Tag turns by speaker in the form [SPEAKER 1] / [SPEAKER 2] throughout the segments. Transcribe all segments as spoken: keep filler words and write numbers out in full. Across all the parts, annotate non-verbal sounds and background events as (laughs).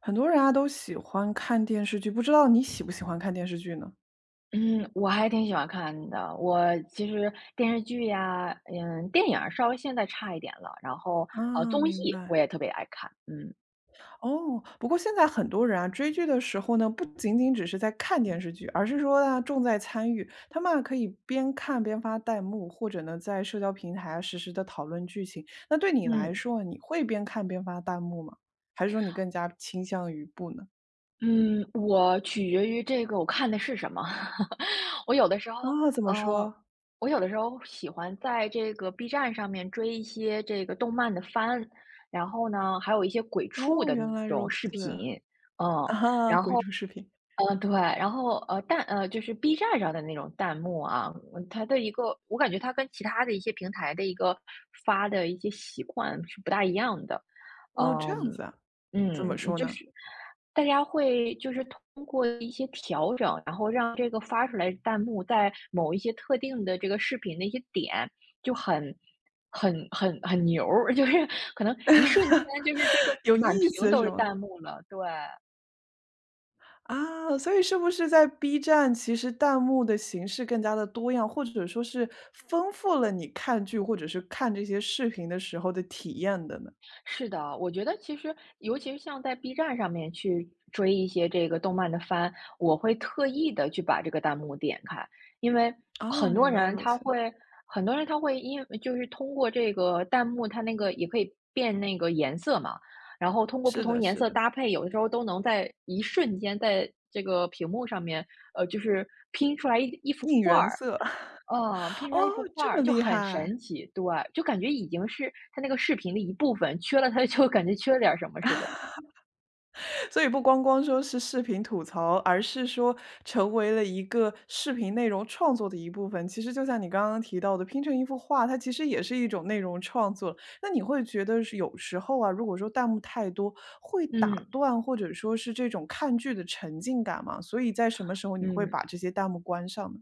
[SPEAKER 1] 很多人啊都喜欢看电视剧，不知道你喜不喜欢看电视剧呢？
[SPEAKER 2] 嗯，我还挺喜欢看的。我其实电视剧呀，嗯，电影儿稍微现在差一点了，然后呃，
[SPEAKER 1] 啊，
[SPEAKER 2] 综艺
[SPEAKER 1] 明
[SPEAKER 2] 我
[SPEAKER 1] 白。
[SPEAKER 2] 也特别爱看。嗯
[SPEAKER 1] 哦，不过现在很多人啊，追剧的时候呢，不仅仅只是在看电视剧，而是说啊，重在参与。他们啊可以边看边发弹幕，或者呢，在社交平台啊实时的讨论剧情。那对你来
[SPEAKER 2] 嗯
[SPEAKER 1] 说，你会边看边发弹幕吗？还是说你更加倾向于不呢？
[SPEAKER 2] 嗯，我取决于这个我看的是什么。(laughs) 我有的时候，
[SPEAKER 1] 啊，怎么
[SPEAKER 2] 呃，
[SPEAKER 1] 说？
[SPEAKER 2] 我有的时候喜欢在这个 B 站上面追一些这个动漫的番，然后呢，还有一些鬼畜
[SPEAKER 1] 哦，
[SPEAKER 2] 的
[SPEAKER 1] 原
[SPEAKER 2] 那
[SPEAKER 1] 来
[SPEAKER 2] 种
[SPEAKER 1] 如此。
[SPEAKER 2] 视
[SPEAKER 1] (laughs)
[SPEAKER 2] 频。嗯，
[SPEAKER 1] 啊，鬼畜视频。
[SPEAKER 2] 嗯，对，然后，呃，弹呃，就是 B 站上的那种弹幕啊，嗯它的一个我感觉它跟其他的一些平台的一个发的一些习惯是不大一样的。
[SPEAKER 1] 哦，这
[SPEAKER 2] 嗯，
[SPEAKER 1] 样子啊，怎
[SPEAKER 2] 嗯，
[SPEAKER 1] 么说
[SPEAKER 2] 就
[SPEAKER 1] 呢？
[SPEAKER 2] 是大家会就是通过一些调整，然后让这个发出来的弹幕在某一些特定的这个视频的一些点就很很很很牛儿，(laughs) 就是可能一瞬间就是这个
[SPEAKER 1] (laughs) 有
[SPEAKER 2] 满
[SPEAKER 1] 意
[SPEAKER 2] 屏
[SPEAKER 1] 思
[SPEAKER 2] 都
[SPEAKER 1] 是
[SPEAKER 2] 是
[SPEAKER 1] 吗？
[SPEAKER 2] 弹幕了，对。
[SPEAKER 1] 啊，所以是不是在 B 站，其实弹幕的形式更加的多样，或者说是丰富了你看剧或者是看这些视频的时候的体验的呢？
[SPEAKER 2] 是的，我觉得其实尤其是像在 B 站上面去追一些这个动漫的番，我会特意的去把这个弹幕点开。因为很
[SPEAKER 1] 啊，
[SPEAKER 2] 多
[SPEAKER 1] 原来
[SPEAKER 2] 人
[SPEAKER 1] 如
[SPEAKER 2] 他
[SPEAKER 1] 此，
[SPEAKER 2] 会很多人他会因就是通过这个弹幕，它那个也可以变那个颜色嘛，然后通过不
[SPEAKER 1] 是
[SPEAKER 2] 同
[SPEAKER 1] 的
[SPEAKER 2] 颜
[SPEAKER 1] 是
[SPEAKER 2] 色
[SPEAKER 1] 的，
[SPEAKER 2] 搭配，有的时候都能在一瞬间在这个屏幕上面，呃，就是拼出来一一幅
[SPEAKER 1] 应
[SPEAKER 2] 画
[SPEAKER 1] 援
[SPEAKER 2] 儿。
[SPEAKER 1] 色，
[SPEAKER 2] 嗯，拼
[SPEAKER 1] (laughs)
[SPEAKER 2] 出来
[SPEAKER 1] 哦，
[SPEAKER 2] 一幅画
[SPEAKER 1] 这么
[SPEAKER 2] 儿，就
[SPEAKER 1] 厉
[SPEAKER 2] 很
[SPEAKER 1] 害。
[SPEAKER 2] 神奇，对，就感觉已经是它那个视频的一部分，缺了它就 (laughs) 感觉缺了点儿什么似的。
[SPEAKER 1] 所以不光光说是视频吐槽，而是说成为了一个视频内容创作的一部分。其实就像你刚刚提到的，拼成一幅画，它其实也是一种内容创作。那你会觉得是有时候啊，如果说弹幕太多，会打
[SPEAKER 2] 嗯
[SPEAKER 1] 断或者说是这种看剧的沉浸感吗？所以在什么时候你会
[SPEAKER 2] 嗯。
[SPEAKER 1] 把这些弹幕关上呢？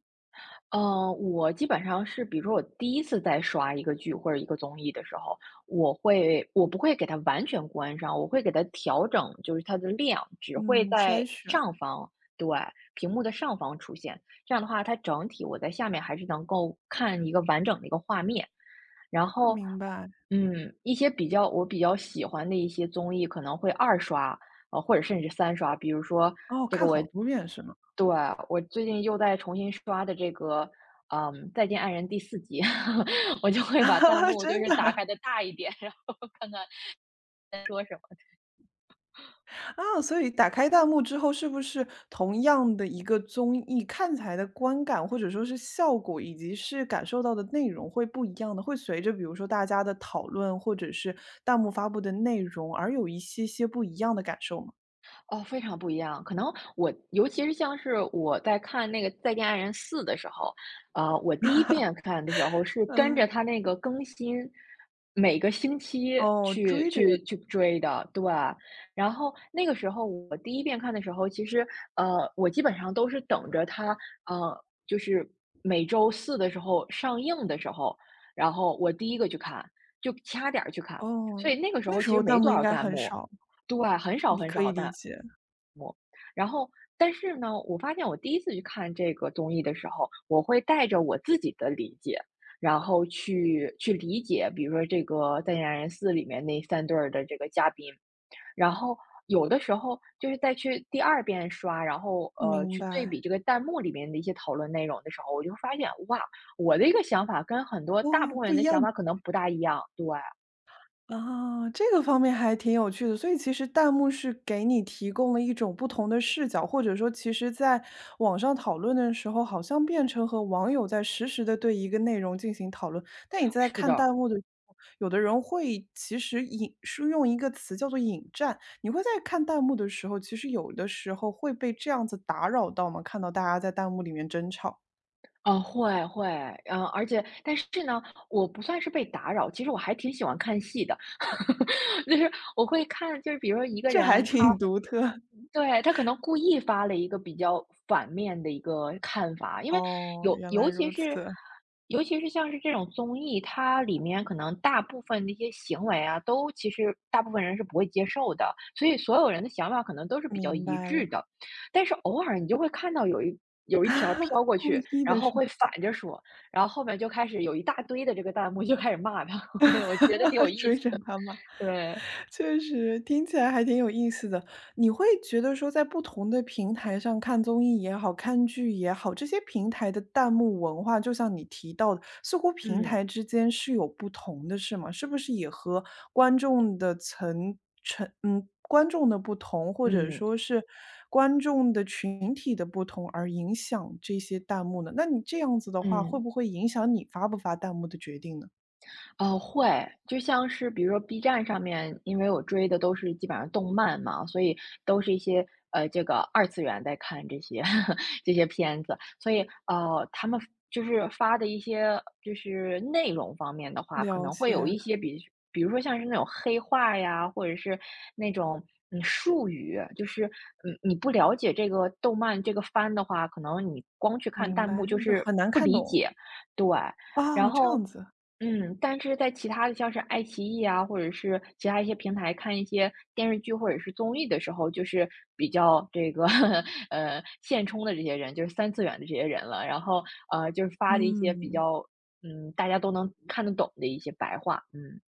[SPEAKER 2] 呃，我基本上是比如说我第一次在刷一个剧或者一个综艺的时候，我会我不会给它完全关上，我会给它调整，就是它的量只会
[SPEAKER 1] 嗯，筛
[SPEAKER 2] 在
[SPEAKER 1] 选，
[SPEAKER 2] 上方，对，屏幕的上方出现。这样的话，它整体我在下面还是能够看一个完整的一个画面。然后，
[SPEAKER 1] 明白。
[SPEAKER 2] 嗯，一些比较我比较喜欢的一些综艺可能会二刷，呃，或者甚至三刷。比如说
[SPEAKER 1] 哦，
[SPEAKER 2] 这个
[SPEAKER 1] 看
[SPEAKER 2] 我
[SPEAKER 1] 好多遍是吗？
[SPEAKER 2] 对，我最近又在重新刷的这个，嗯，《再见爱人》第四集，(laughs) 我就会把弹
[SPEAKER 1] (laughs)
[SPEAKER 2] 幕就
[SPEAKER 1] 真
[SPEAKER 2] 是打
[SPEAKER 1] 的。
[SPEAKER 2] 开的大一点，(laughs) 然后看看说什么。
[SPEAKER 1] 啊，所以打开弹幕之后，是不是同样的一个综艺，看起来的观感或者说是效果，以及是感受到的内容会不一样的，会随着比如说大家的讨论或者是弹幕发布的内容而有一些些不一样的感受吗？
[SPEAKER 2] 哦，非常不一样。可能我尤其是像是我在看那个《再见爱人四》的时候，呃，我第一遍看的时候是跟着
[SPEAKER 1] 嗯。
[SPEAKER 2] 它那个更新，每个星期
[SPEAKER 1] 哦，
[SPEAKER 2] 去
[SPEAKER 1] 追着
[SPEAKER 2] 去去追的，对。然后那个时候我第一遍看的时候，其实呃，我基本上都是等着它，呃，就是每周四的时候上映的时候，然后我第一个去看，就掐点儿去看。所以
[SPEAKER 1] 哦，
[SPEAKER 2] 那个时
[SPEAKER 1] 那
[SPEAKER 2] 候
[SPEAKER 1] 时
[SPEAKER 2] 其实
[SPEAKER 1] 候
[SPEAKER 2] 没
[SPEAKER 1] 弹幕
[SPEAKER 2] 多
[SPEAKER 1] 应
[SPEAKER 2] 少
[SPEAKER 1] 该
[SPEAKER 2] 弹
[SPEAKER 1] 很
[SPEAKER 2] 幕，
[SPEAKER 1] 少，
[SPEAKER 2] 对，很少
[SPEAKER 1] 你
[SPEAKER 2] 很
[SPEAKER 1] 可
[SPEAKER 2] 少
[SPEAKER 1] 以理
[SPEAKER 2] 弹
[SPEAKER 1] 解，
[SPEAKER 2] 然后，但是呢，我发现我第一次去看这个综艺的时候，我会带着我自己的理解，然后去去理解，比如说这个《再见爱人四》里面那三对儿的这个嘉宾，然后有的时候就是再去第二遍刷，然后呃
[SPEAKER 1] 明
[SPEAKER 2] 去对比
[SPEAKER 1] 白。
[SPEAKER 2] 这个弹幕里面的一些讨论内容的时候，我就发现哇，我的一个想法跟很多大
[SPEAKER 1] 哦，
[SPEAKER 2] 部分
[SPEAKER 1] 不
[SPEAKER 2] 人
[SPEAKER 1] 一
[SPEAKER 2] 的
[SPEAKER 1] 样。
[SPEAKER 2] 想法可能不大一样。对，
[SPEAKER 1] 啊，这个方面还挺有趣的，所以其实弹幕是给你提供了一种不同的视角，或者说其实在网上讨论的时候，好像变成和网友在实时的对一个内容进行讨论。但你在
[SPEAKER 2] 是
[SPEAKER 1] 看
[SPEAKER 2] 的，
[SPEAKER 1] 弹幕的时候，有的人会其实引是用一个词叫做引战，你会在看弹幕的时候，其实有的时候会被这样子打扰到吗？看到大家在弹幕里面争吵，
[SPEAKER 2] 哦，会会，嗯，而且但是呢，我不算是被打扰，其实我还挺喜欢看戏的，(laughs) 就是我会看，就是比如说一个
[SPEAKER 1] 这还
[SPEAKER 2] 人他
[SPEAKER 1] 挺独特。(laughs)
[SPEAKER 2] 对，他可能故意发了一个比较反面的一个看法，因为
[SPEAKER 1] 哦，
[SPEAKER 2] 有
[SPEAKER 1] 原来
[SPEAKER 2] 尤其
[SPEAKER 1] 如
[SPEAKER 2] 是
[SPEAKER 1] 此，
[SPEAKER 2] 尤其是像是这种综艺，它里面可能大部分的一些行为啊，都其实大部分人是不会接受的，所以所有人的想法可能都是比较
[SPEAKER 1] 明
[SPEAKER 2] 一
[SPEAKER 1] 白
[SPEAKER 2] 致
[SPEAKER 1] 了，
[SPEAKER 2] 的。但是偶尔你就会看到有一有一条飘
[SPEAKER 1] (laughs)
[SPEAKER 2] 过
[SPEAKER 1] 故
[SPEAKER 2] 去，
[SPEAKER 1] 意
[SPEAKER 2] 然
[SPEAKER 1] 的
[SPEAKER 2] 后
[SPEAKER 1] 是
[SPEAKER 2] 会反着说，然后后面就开始有一大堆的这个弹幕就开始骂他，(laughs) 我觉得挺有
[SPEAKER 1] (laughs)
[SPEAKER 2] 意
[SPEAKER 1] 追
[SPEAKER 2] 思
[SPEAKER 1] 着
[SPEAKER 2] 的。
[SPEAKER 1] 他骂，
[SPEAKER 2] 对，
[SPEAKER 1] 确实听起来还挺有意思的。你会觉得说，在不同的平台上看综艺也好，看剧也好，这些平台的弹幕文化，就像你提到的，似乎平台
[SPEAKER 2] 嗯。
[SPEAKER 1] 之间是有不同的，是吗？是不是也和观众的层层嗯，观众的不同，或者
[SPEAKER 2] 嗯
[SPEAKER 1] 说是观众的群体的不同而影响这些弹幕呢？那你这样子的话，会
[SPEAKER 2] 嗯。
[SPEAKER 1] 不会影响你发不发弹幕的决定呢？
[SPEAKER 2] 哦，会，就像是比如说 B 站上面，因为我追的都是基本上动漫嘛，所以都是一些呃这个二次元在看这些 (laughs) 这些片子，所以呃他们就是发的一些就是内容方面的话，可
[SPEAKER 1] 了
[SPEAKER 2] 能会有
[SPEAKER 1] 解。
[SPEAKER 2] 一些比比如说像是那种黑话呀，或者是那种嗯术语，就是嗯你不了解这个动漫这个番的话，可能你光去看
[SPEAKER 1] 明
[SPEAKER 2] 弹
[SPEAKER 1] 白，
[SPEAKER 2] 幕就
[SPEAKER 1] 就
[SPEAKER 2] 是
[SPEAKER 1] 很难
[SPEAKER 2] 不
[SPEAKER 1] 看
[SPEAKER 2] 理
[SPEAKER 1] 懂。
[SPEAKER 2] 解，对，然
[SPEAKER 1] 哦，这
[SPEAKER 2] 后。
[SPEAKER 1] 样子。
[SPEAKER 2] 嗯，但是在其他的像是爱奇艺啊，或者是其他一些平台看一些电视剧或者是综艺的时候，就是比较这个 (laughs) 呃现充的这些人，就是三次元的这些人了。然后呃，就是发的一些比
[SPEAKER 1] 嗯，
[SPEAKER 2] 较嗯大家都能看得懂的一些白话。嗯。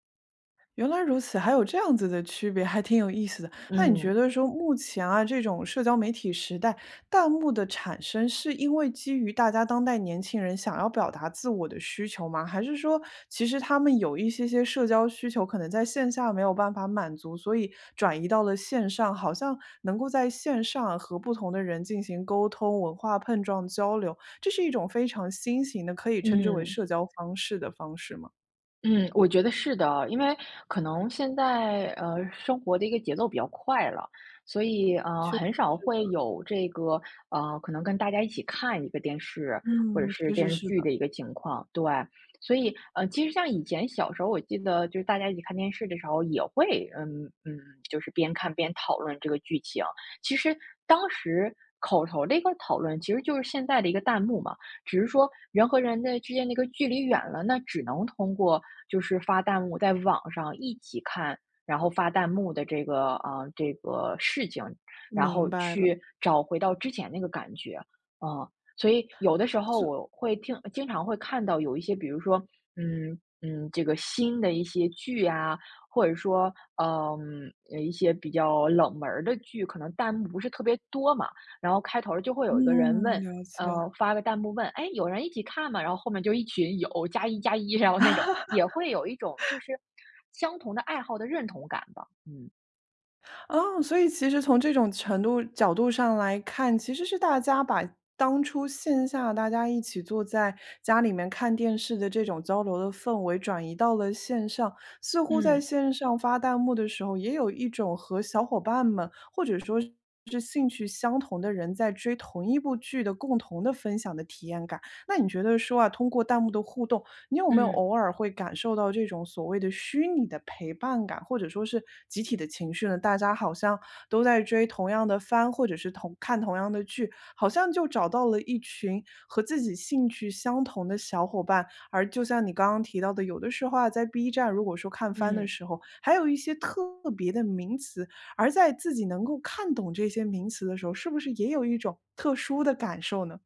[SPEAKER 1] 原来如此，还有这样子的区别，还挺有意思的。那你觉
[SPEAKER 2] 嗯，
[SPEAKER 1] 得说，目前啊，这种社交媒体时代，弹幕的产生是因为基于大家当代年轻人想要表达自我的需求吗？还是说，其实他们有一些些社交需求，可能在线下没有办法满足，所以转移到了线上，好像能够在线上和不同的人进行沟通、文化碰撞、交流，这是一种非常新型的，可以称之为
[SPEAKER 2] 嗯。
[SPEAKER 1] 社交方式的方式吗？
[SPEAKER 2] 嗯，我觉得是的，因为可能现在呃生活的一个节奏比较快了，所以呃很少
[SPEAKER 1] 是的，
[SPEAKER 2] 会有这个呃可能跟大家一起看一个电视或者
[SPEAKER 1] 嗯，
[SPEAKER 2] 是
[SPEAKER 1] 确实
[SPEAKER 2] 电视
[SPEAKER 1] 是
[SPEAKER 2] 剧
[SPEAKER 1] 的。
[SPEAKER 2] 的一个情况，对，所以呃其实像以前小时候，我记得就是大家一起看电视的时候也会嗯嗯就是边看边讨论这个剧情，其实当时口头的一个讨论其实就是现在的一个弹幕嘛。只是说人和人的之间那个距离远了，那只能通过就是发弹幕，在网上一起看，然后发弹幕的这个啊、呃这个事情，然
[SPEAKER 1] 明
[SPEAKER 2] 后
[SPEAKER 1] 白了，
[SPEAKER 2] 去找回到之前那个感觉，嗯，呃所以有的时候
[SPEAKER 1] 是
[SPEAKER 2] 我会听，经常会看到有一些，比如说，嗯，嗯，这个新的一些剧啊，或者说，嗯，呃一些比较冷门儿的剧，可能弹幕不是特别多嘛，然后开头就会有一个人问
[SPEAKER 1] 嗯，了解。
[SPEAKER 2] 呃，发个弹幕问：“哎，有人一起看吗？”然后后面就一群有加一加一，然后那种也会有一种就是相同的爱好的认同感吧，嗯。
[SPEAKER 1] 啊，所以其实从这种程度角度上来看，其实是大家把当初线下大家一起坐在家里面看电视的这种交流的氛围转移到了线上，似乎在
[SPEAKER 2] 嗯
[SPEAKER 1] 线上发弹幕的时候，也有一种和小伙伴们或者说是兴趣相同的人在追同一部剧的共同的分享的体验感。那你觉得说啊，通过弹幕的互动，你有没有
[SPEAKER 2] 嗯。
[SPEAKER 1] 偶尔会感受到这种所谓的虚拟的陪伴感，或者说是集体的情绪呢？大家好像都在追同样的番，或者是同看同样的剧，好像就找到了一群和自己兴趣相同的小伙伴。而就像你刚刚提到的，有的时候啊，在 B 站如果说看番的
[SPEAKER 2] 嗯。
[SPEAKER 1] 时候，还有一些特别的名词，而在自己能够看懂这些名词的时候，是不是也有一种特殊的感受呢？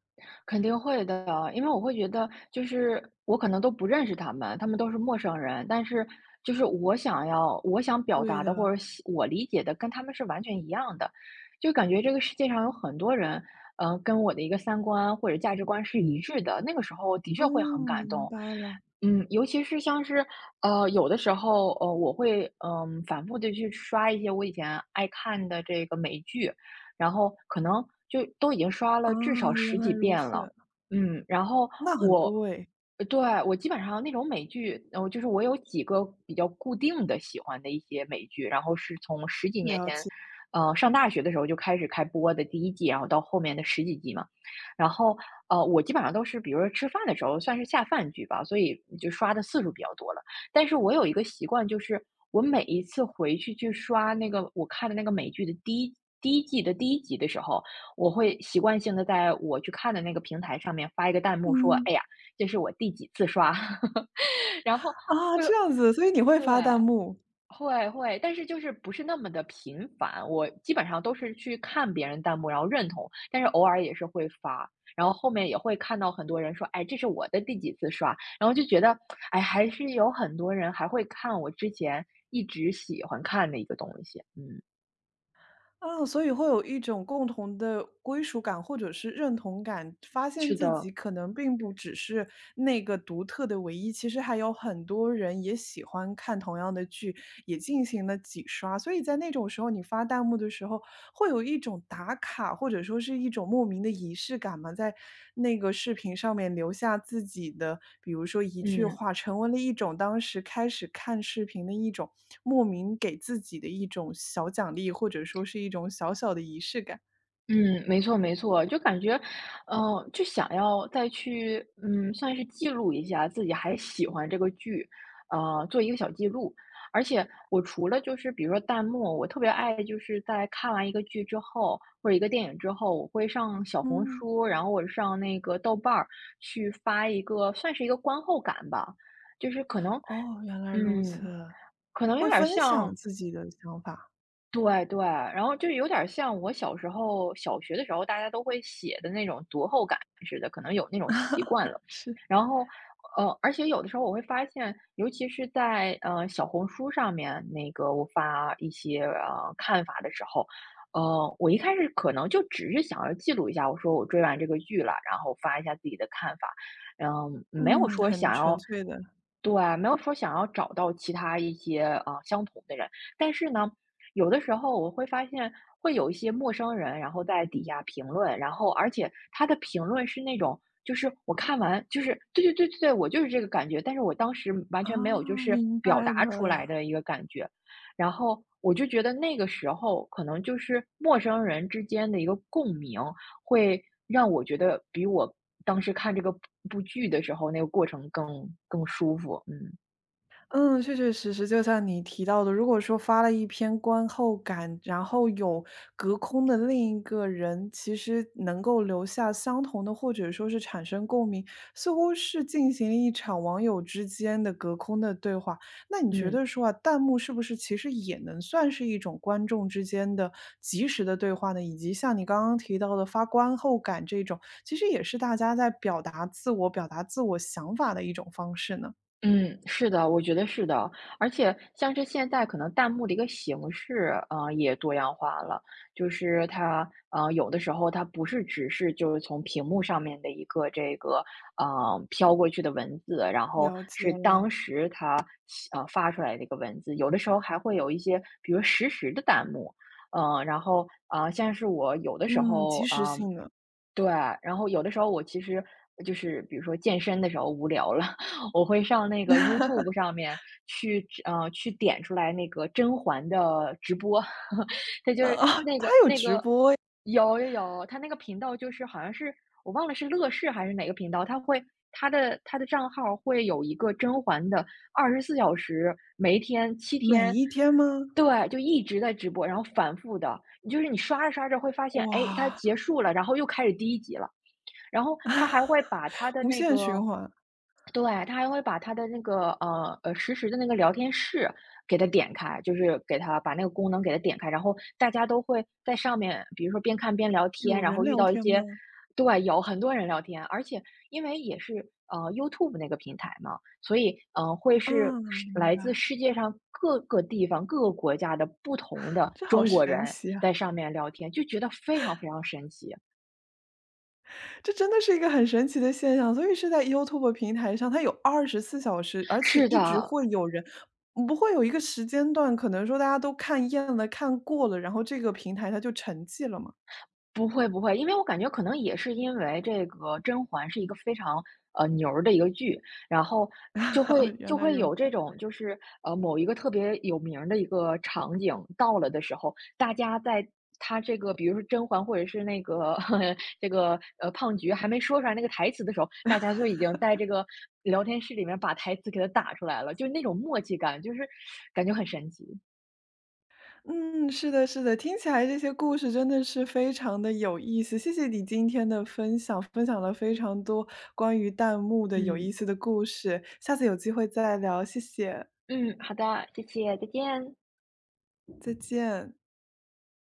[SPEAKER 2] 肯定会的，因为我会觉得，就是我可能都不认识他们，他们都是陌生人，但是就是我想要我想表
[SPEAKER 1] 对
[SPEAKER 2] 达的，或
[SPEAKER 1] 的，
[SPEAKER 2] 者喜我理解的，跟他们是完全一样的，就感觉这个世界上有很多人，嗯，呃跟我的一个三观或者价值观是一致的，那个时候的确
[SPEAKER 1] 嗯，
[SPEAKER 2] 会很感
[SPEAKER 1] 明
[SPEAKER 2] 动。
[SPEAKER 1] 白了。
[SPEAKER 2] 嗯，尤其是像是，呃，有的时候，呃，我会，嗯、反复的去刷一些我以前爱看的这个美剧，然后可能就都已经刷
[SPEAKER 1] 啊，
[SPEAKER 2] 了至少
[SPEAKER 1] 原
[SPEAKER 2] 十
[SPEAKER 1] 来
[SPEAKER 2] 几
[SPEAKER 1] 如
[SPEAKER 2] 遍了。
[SPEAKER 1] 此，
[SPEAKER 2] 嗯，然后
[SPEAKER 1] 那很
[SPEAKER 2] 我
[SPEAKER 1] 多哎，
[SPEAKER 2] 呃对，我基本上那种美剧，呃，就是我有几个比较固定的喜欢的一些美剧，然后是从十几年
[SPEAKER 1] 了
[SPEAKER 2] 前，
[SPEAKER 1] 解。
[SPEAKER 2] 呃，上大学的时候就开始开播的第一季，然后到后面的十几季嘛。然后呃，我基本上都是比如说吃饭的时候算是下饭剧吧，所以就刷的次数比较多了。但是我有一个习惯，就是我每一次回去去刷那个我看的那个美剧的第一第一季的第一集的时候，我会习惯性的在我去看的那个平台上面发一个弹幕说：
[SPEAKER 1] 嗯。
[SPEAKER 2] “哎呀，这是我第几次刷。” (laughs) 然后
[SPEAKER 1] 啊，这样子，所以你会
[SPEAKER 2] 对。
[SPEAKER 1] 发弹幕，
[SPEAKER 2] 会会，但是就是不是那么的频繁，我基本上都是去看别人弹幕，然后认同，但是偶尔也是会发，然后后面也会看到很多人说：“哎，这是我的第几次刷。”然后就觉得，哎，还是有很多人还会看我之前一直喜欢看的一个东西，嗯，
[SPEAKER 1] 啊，所以会有一种共同的归属感或者是认同感，发现
[SPEAKER 2] 是
[SPEAKER 1] 自
[SPEAKER 2] 的，
[SPEAKER 1] 己可能并不只是那个独特的唯一，其实还有很多人也喜欢看同样的剧，也进行了几刷，所以在那种时候，你发弹幕的时候会有。有一种打卡，或者说是一种莫名的仪式感嘛，在那个视频上面留下自己的，比如说一句
[SPEAKER 2] 嗯。
[SPEAKER 1] 话，成为了一种当时开始看视频的一种莫名给自己的一种小奖励，或者说是一种小小的仪式感。
[SPEAKER 2] 嗯，没错没错，就感觉，嗯，就想要再去，嗯，算是记录一下自己还喜欢这个剧，呃，做一个小记录。而且我除了就是比如说弹幕，我特别爱就是在看完一个剧之后或者一个电影之后，我会上小红
[SPEAKER 1] 嗯，
[SPEAKER 2] 书，然后我上那个豆瓣儿去发一个算是一个观后感吧，就是可能，
[SPEAKER 1] 哦，原来如
[SPEAKER 2] 嗯，
[SPEAKER 1] 此，
[SPEAKER 2] 可能有
[SPEAKER 1] 会
[SPEAKER 2] 点
[SPEAKER 1] 分享
[SPEAKER 2] 像
[SPEAKER 1] 自己的想法，
[SPEAKER 2] 对对，然后就有点儿像我小时候小学的时候，大家都会写的那种读后感似的，可能有那种习惯了。
[SPEAKER 1] 是。
[SPEAKER 2] 然后，呃，而且有的时候我会发现，尤其是在呃小红书上面，那个我发一些呃看法的时候，呃，我一开始可能就只是想要记录一下，我说我追完这个剧了，然后发一下自己的看法，嗯，没有
[SPEAKER 1] 嗯，
[SPEAKER 2] 说
[SPEAKER 1] 很
[SPEAKER 2] 想要。
[SPEAKER 1] 纯粹的，
[SPEAKER 2] 对，没有说想要找到其他一些呃相同的人，但是呢，有的时候我会发现会有一些陌生人，然后在底下评论，然后而且他的评论是那种，就是我看完就是对对对对对，我就是这个感觉，但是我当时完
[SPEAKER 1] 啊，
[SPEAKER 2] 全没有就是
[SPEAKER 1] 明
[SPEAKER 2] 表
[SPEAKER 1] 白
[SPEAKER 2] 达出来
[SPEAKER 1] 了。
[SPEAKER 2] 的一个感觉，然后我就觉得那个时候可能就是陌生人之间的一个共鸣，会让我觉得比我当时看这个部剧的时候那个过程更更舒服，嗯
[SPEAKER 1] 嗯，确确实实，就像你提到的，如果说发了一篇观后感，然后有隔空的另一个人，其实能够留下相同的，或者说是产生共鸣，似乎是进行了一场网友之间的隔空的对话。那你觉
[SPEAKER 2] 嗯。
[SPEAKER 1] 得说啊，弹幕是不是其实也能算是一种观众之间的及时的对话呢？以及像你刚刚提到的发观后感这种，其实也是大家在表达自我、表达自我想法的一种方式呢？
[SPEAKER 2] 嗯，是的，我觉得是的。而且像是现在可能弹幕的一个形式，呃，也多样化了。就是它，呃，有的时候它不是只是就是从屏幕上面的一个这个，呃，飘过去的文字，然后
[SPEAKER 1] 了解
[SPEAKER 2] 是
[SPEAKER 1] 了。
[SPEAKER 2] 当时它写呃，发出来的一个文字。有的时候还会有一些，比如实时的弹幕。嗯呃，然后啊，呃，像是我有的时
[SPEAKER 1] 嗯，
[SPEAKER 2] 候，
[SPEAKER 1] 及时
[SPEAKER 2] 呃，
[SPEAKER 1] 性的。
[SPEAKER 2] 对啊，然后有的时候我其实就是比如说健身的时候无聊了，(laughs) 我会上那个 YouTube 上面去，呃，去点出来那个甄嬛的直播，(laughs) 它就
[SPEAKER 1] 呃
[SPEAKER 2] 是
[SPEAKER 1] 啊，(laughs)
[SPEAKER 2] 那
[SPEAKER 1] 他
[SPEAKER 2] 个
[SPEAKER 1] 有
[SPEAKER 2] 那
[SPEAKER 1] 直
[SPEAKER 2] 个
[SPEAKER 1] 播，
[SPEAKER 2] 有有有，它那个频道就是好像是我忘了是乐视还是哪个频道，它会它的它的账号会有一个甄嬛的二十四小时，每一天七
[SPEAKER 1] 每
[SPEAKER 2] 天，
[SPEAKER 1] 一天吗？
[SPEAKER 2] 对，就一直在直播，然后反复的。就是你刷着刷着会发现，哎，它
[SPEAKER 1] 哇，
[SPEAKER 2] 结束了，然后又开始第一集了。然后他还会把他的
[SPEAKER 1] 无
[SPEAKER 2] 那
[SPEAKER 1] 限循
[SPEAKER 2] 个
[SPEAKER 1] 环。
[SPEAKER 2] 对，他还会把他的那个呃呃实时的那个聊天室给它点开，就是给它把那个功能给它点开，然后大家都会在上面，比如说边看边聊天，
[SPEAKER 1] 有
[SPEAKER 2] 然
[SPEAKER 1] 人
[SPEAKER 2] 后遇
[SPEAKER 1] 聊
[SPEAKER 2] 到一
[SPEAKER 1] 天
[SPEAKER 2] 些，
[SPEAKER 1] 吗？
[SPEAKER 2] 对，有很多人聊天，而且因为也是呃 YouTube 那个平台嘛，所以嗯、呃会是
[SPEAKER 1] 啊，
[SPEAKER 2] 世
[SPEAKER 1] 明
[SPEAKER 2] 来自
[SPEAKER 1] 白，
[SPEAKER 2] 世界上各个地方、各个国家的不同的
[SPEAKER 1] 这好
[SPEAKER 2] 中国
[SPEAKER 1] 神
[SPEAKER 2] 人
[SPEAKER 1] 奇啊！
[SPEAKER 2] 在上面聊天，就觉得非常非常神奇。
[SPEAKER 1] 这真的是一个很神奇的现象，所以是在 YouTube 平台上，它有二十四小时，而且
[SPEAKER 2] 是
[SPEAKER 1] 一直
[SPEAKER 2] 的，
[SPEAKER 1] 会有人不会有一个时间段，可能说大家都看厌了、看过了，然后这个平台它就沉寂了嘛。
[SPEAKER 2] 不会不会，因为我感觉可能也是因为这个《甄嬛》是一个非常呃牛儿的一个剧，然后就会
[SPEAKER 1] (laughs) 原
[SPEAKER 2] 就
[SPEAKER 1] 来
[SPEAKER 2] 会
[SPEAKER 1] 如
[SPEAKER 2] 有这
[SPEAKER 1] 此。
[SPEAKER 2] 种就是呃某一个特别有名儿的一个场景到了的时候，大家在他这个比如说甄嬛或者是那个 (laughs) 这个呃胖菊还没说出来那个台词的时候，大家就已经在这个聊天室里面把台词给他打出来了，就那种默契感，就是感觉很神奇。
[SPEAKER 1] 嗯，是的，是的，听起来这些故事真的是非常的有意思。谢谢你今天的分享，分享了非常多关于弹幕的有
[SPEAKER 2] 嗯
[SPEAKER 1] 意思的故事。下次有机会再聊，谢谢，
[SPEAKER 2] 嗯，好的，谢谢，再见。
[SPEAKER 1] 再见。